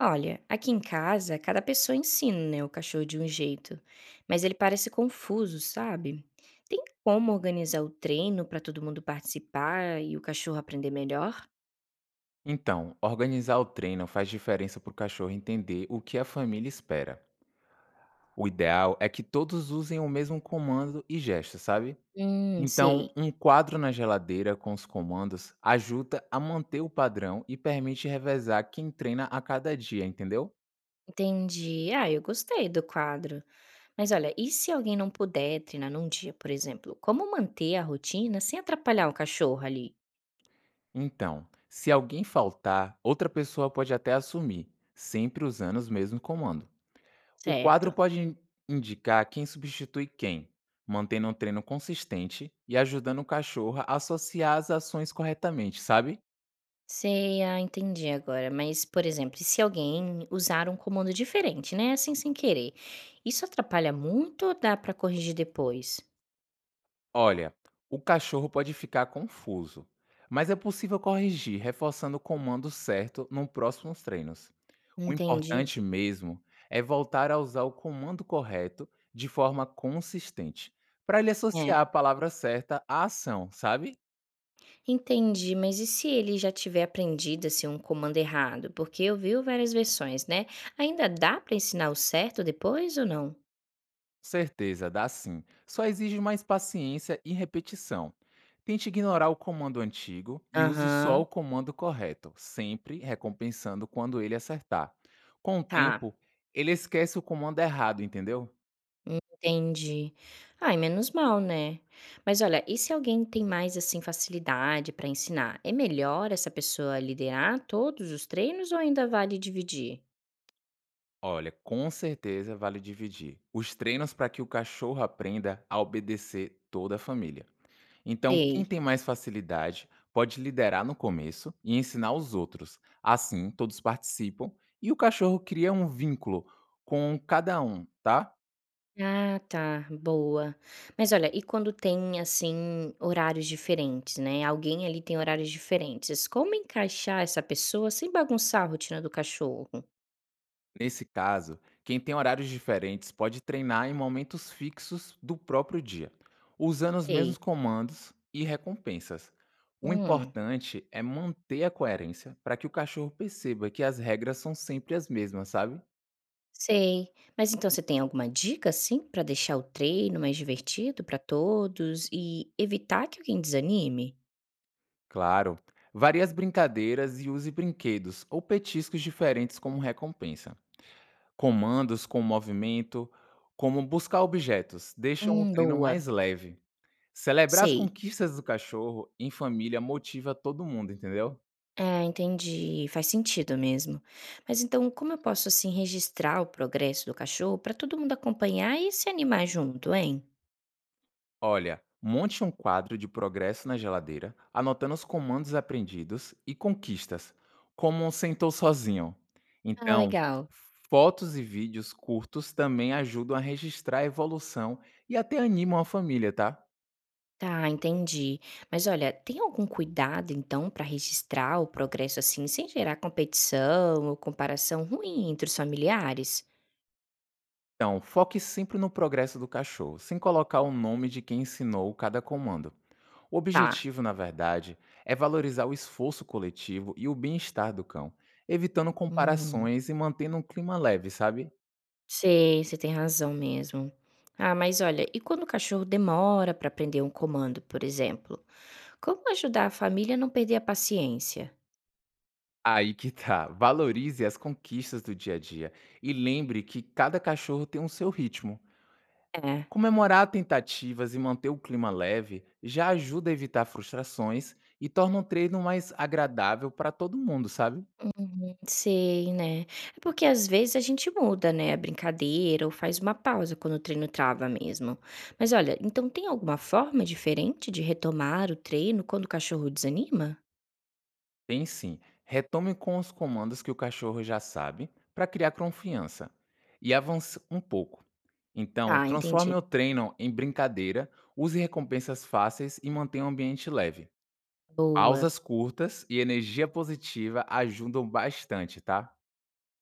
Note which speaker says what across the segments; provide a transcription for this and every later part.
Speaker 1: Olha, aqui em casa, cada pessoa ensina, né, o cachorro de um jeito, mas ele parece confuso, sabe? Tem como organizar o treino para todo mundo participar e o cachorro aprender melhor?
Speaker 2: Então, organizar o treino faz diferença para o cachorro entender o que a família espera. O ideal é que todos usem o mesmo comando e gesto, sabe? Então,
Speaker 1: Sei.
Speaker 2: um quadro na geladeira com os comandos ajuda a manter o padrão e permite revezar quem treina a cada dia, entendeu?
Speaker 1: Entendi. Ah, eu gostei do quadro. Mas olha, e se alguém não puder treinar num dia, por exemplo? Como manter a rotina sem atrapalhar o cachorro ali?
Speaker 2: Então, se alguém faltar, outra pessoa pode até assumir, sempre usando os mesmos comandos. O quadro
Speaker 1: Certo.
Speaker 2: pode indicar quem substitui quem, mantendo um treino consistente e ajudando o cachorro a associar as ações corretamente, sabe?
Speaker 1: Sei, ah, entendi agora. Mas, por exemplo, e se alguém usar um comando diferente, né? Assim, sem querer. Isso atrapalha muito ou dá pra corrigir depois?
Speaker 2: Olha, o cachorro pode ficar confuso, mas é possível corrigir reforçando o comando certo nos próximos treinos. O
Speaker 1: Entendi.
Speaker 2: importante mesmo é voltar a usar o comando correto de forma consistente, para ele
Speaker 1: É,
Speaker 2: associar a palavra certa à ação, sabe?
Speaker 1: entendi. Mas e se ele já tiver aprendido assim um comando errado? Porque eu vi várias versões, né? Ainda dá pra ensinar o certo depois ou não?
Speaker 2: Certeza, dá sim. Só exige mais paciência e repetição. Tente ignorar o comando antigo e use só
Speaker 1: Aham,
Speaker 2: o comando correto, sempre recompensando quando ele acertar. Com o
Speaker 1: tá.
Speaker 2: tempo, ele esquece o comando errado, entendeu?
Speaker 1: Entendi. Ai, menos mal, né. Mas olha, e se alguém tem mais, assim, facilidade para ensinar? É melhor essa pessoa liderar todos os treinos ou ainda vale dividir?
Speaker 2: Olha, com certeza vale dividir os treinos para que o cachorro aprenda a obedecer toda a família. Então, quem
Speaker 1: Sei.
Speaker 2: tem mais facilidade pode liderar no começo e ensinar os outros. Assim, todos participam e o cachorro cria um vínculo com cada um, tá?
Speaker 1: Ah, tá, boa. Mas olha, e quando tem, assim, horários diferentes, né? Alguém ali tem horários diferentes. Como encaixar essa pessoa sem bagunçar a rotina do cachorro?
Speaker 2: Nesse caso, quem tem horários diferentes pode treinar em momentos fixos do próprio dia, usando os mesmos
Speaker 1: Sei.
Speaker 2: comandos e recompensas. O
Speaker 1: Hum.
Speaker 2: importante é manter a coerência para que o cachorro perceba que as regras são sempre as mesmas, sabe?
Speaker 1: Sei. Mas então você tem alguma dica, assim, para deixar o treino mais divertido para todos e evitar que alguém desanime?
Speaker 2: Claro. Varie as brincadeiras e use brinquedos ou petiscos diferentes como recompensa. Comandos com movimento, como buscar objetos, deixam o treino
Speaker 1: Boa.
Speaker 2: mais leve. Celebrar as
Speaker 1: Sei.
Speaker 2: conquistas do cachorro em família motiva todo mundo, entendeu?
Speaker 1: É, entendi. Faz sentido mesmo. Mas então, como eu posso, assim, registrar o progresso do cachorro para todo mundo acompanhar e se animar junto, hein?
Speaker 2: Olha, monte um quadro de progresso na geladeira, anotando os comandos aprendidos e conquistas, como um sentou sozinho.
Speaker 1: Ah,
Speaker 2: Então,
Speaker 1: legal.
Speaker 2: fotos e vídeos curtos também ajudam a registrar a evolução e até animam a família, tá?
Speaker 1: Tá, entendi. Mas olha, tem algum cuidado então para registrar o progresso assim, sem gerar competição ou comparação ruim entre os familiares?
Speaker 2: Então, foque sempre no progresso do cachorro, sem colocar o nome de quem ensinou cada comando. O
Speaker 1: Tá.
Speaker 2: objetivo, na verdade, é valorizar o esforço coletivo e o bem-estar do cão, evitando
Speaker 1: Hum.
Speaker 2: comparações e mantendo um clima leve, sabe?
Speaker 1: Sei, você tem razão mesmo. Ah, mas olha, e quando o cachorro demora para aprender um comando, por exemplo? Como ajudar a família a não perder a paciência?
Speaker 2: Aí que tá. Valorize as conquistas do dia a dia e lembre que cada cachorro tem um seu ritmo.
Speaker 1: É,
Speaker 2: Comemorar tentativas e manter o clima leve já ajuda a evitar frustrações e torna o treino mais agradável para todo mundo, sabe?
Speaker 1: uhum, sei, né? É porque às vezes a gente muda, né, a brincadeira ou faz uma pausa quando o treino trava mesmo. Mas olha, então tem alguma forma diferente de retomar o treino quando o cachorro desanima?
Speaker 2: Tem sim. Retome com os comandos que o cachorro já sabe para criar confiança e avance um pouco. Então,
Speaker 1: Tá,
Speaker 2: transforme
Speaker 1: entendi.
Speaker 2: o treino em brincadeira, use recompensas fáceis e mantenha o ambiente leve.
Speaker 1: Boa.
Speaker 2: Pausas curtas e energia positiva ajudam bastante, tá?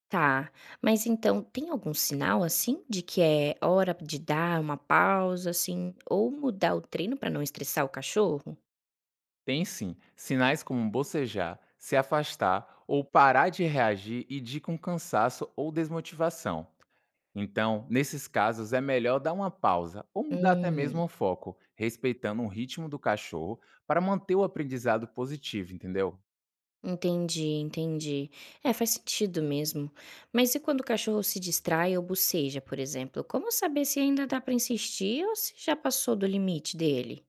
Speaker 1: Tá, mas então tem algum sinal assim de que é hora de dar uma pausa, assim, ou mudar o treino para não estressar o cachorro?
Speaker 2: Tem sim, sinais como bocejar, se afastar ou parar de reagir indicam cansaço ou desmotivação. Então, nesses casos, é melhor dar uma pausa ou mudar até
Speaker 1: Hum,
Speaker 2: mesmo o foco, respeitando o ritmo do cachorro para manter o aprendizado positivo, entendeu?
Speaker 1: entendi, entendi. É, faz sentido mesmo. Mas e quando o cachorro se distrai ou boceja, por exemplo? Como saber se ainda dá para insistir ou se já passou do limite dele?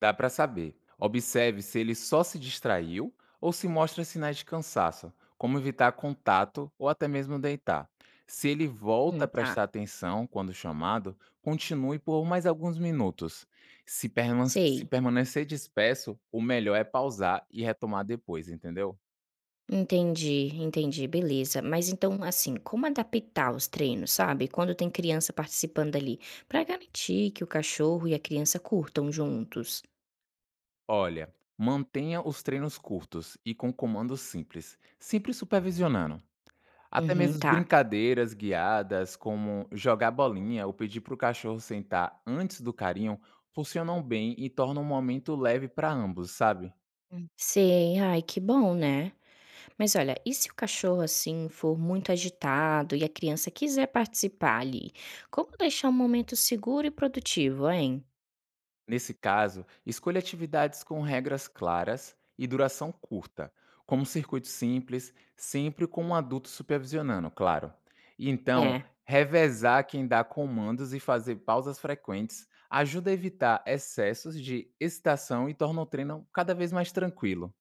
Speaker 2: Dá para saber. Observe se ele só se distraiu ou se mostra sinais de cansaço, como evitar contato ou até mesmo deitar. Se ele volta a
Speaker 1: Tá,
Speaker 2: prestar atenção quando chamado, continue por mais alguns minutos. Se
Speaker 1: sei.
Speaker 2: permanecer disperso, o melhor é pausar e retomar depois, entendeu?
Speaker 1: Entendi, entendi, beleza. Mas então, assim, como adaptar os treinos, sabe? Quando tem criança participando ali, pra garantir que o cachorro e a criança curtam juntos.
Speaker 2: Olha, mantenha os treinos curtos e com comandos simples, sempre supervisionando. Até
Speaker 1: Uhum,
Speaker 2: mesmo
Speaker 1: tá.
Speaker 2: brincadeiras guiadas, como jogar bolinha ou pedir para o cachorro sentar antes do carinho, funcionam bem e tornam o momento leve para ambos, sabe?
Speaker 1: Hum. Sei, ai, que bom, né? Mas olha, e se o cachorro assim for muito agitado e a criança quiser participar ali? Como deixar um momento seguro e produtivo, hein?
Speaker 2: Nesse caso, escolha atividades com regras claras e duração curta, como circuitos simples, sempre com um adulto supervisionando, claro. E então,
Speaker 1: É,
Speaker 2: revezar quem dá comandos e fazer pausas frequentes ajuda a evitar excessos de excitação e torna o treino cada vez mais tranquilo.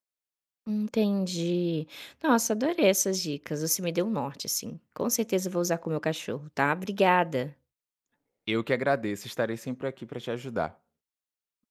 Speaker 1: entendi. Nossa, adorei essas dicas. Você me deu um norte, assim. Com certeza eu vou usar com o meu cachorro, tá? Obrigada.
Speaker 2: Eu que agradeço, estarei sempre aqui para te ajudar.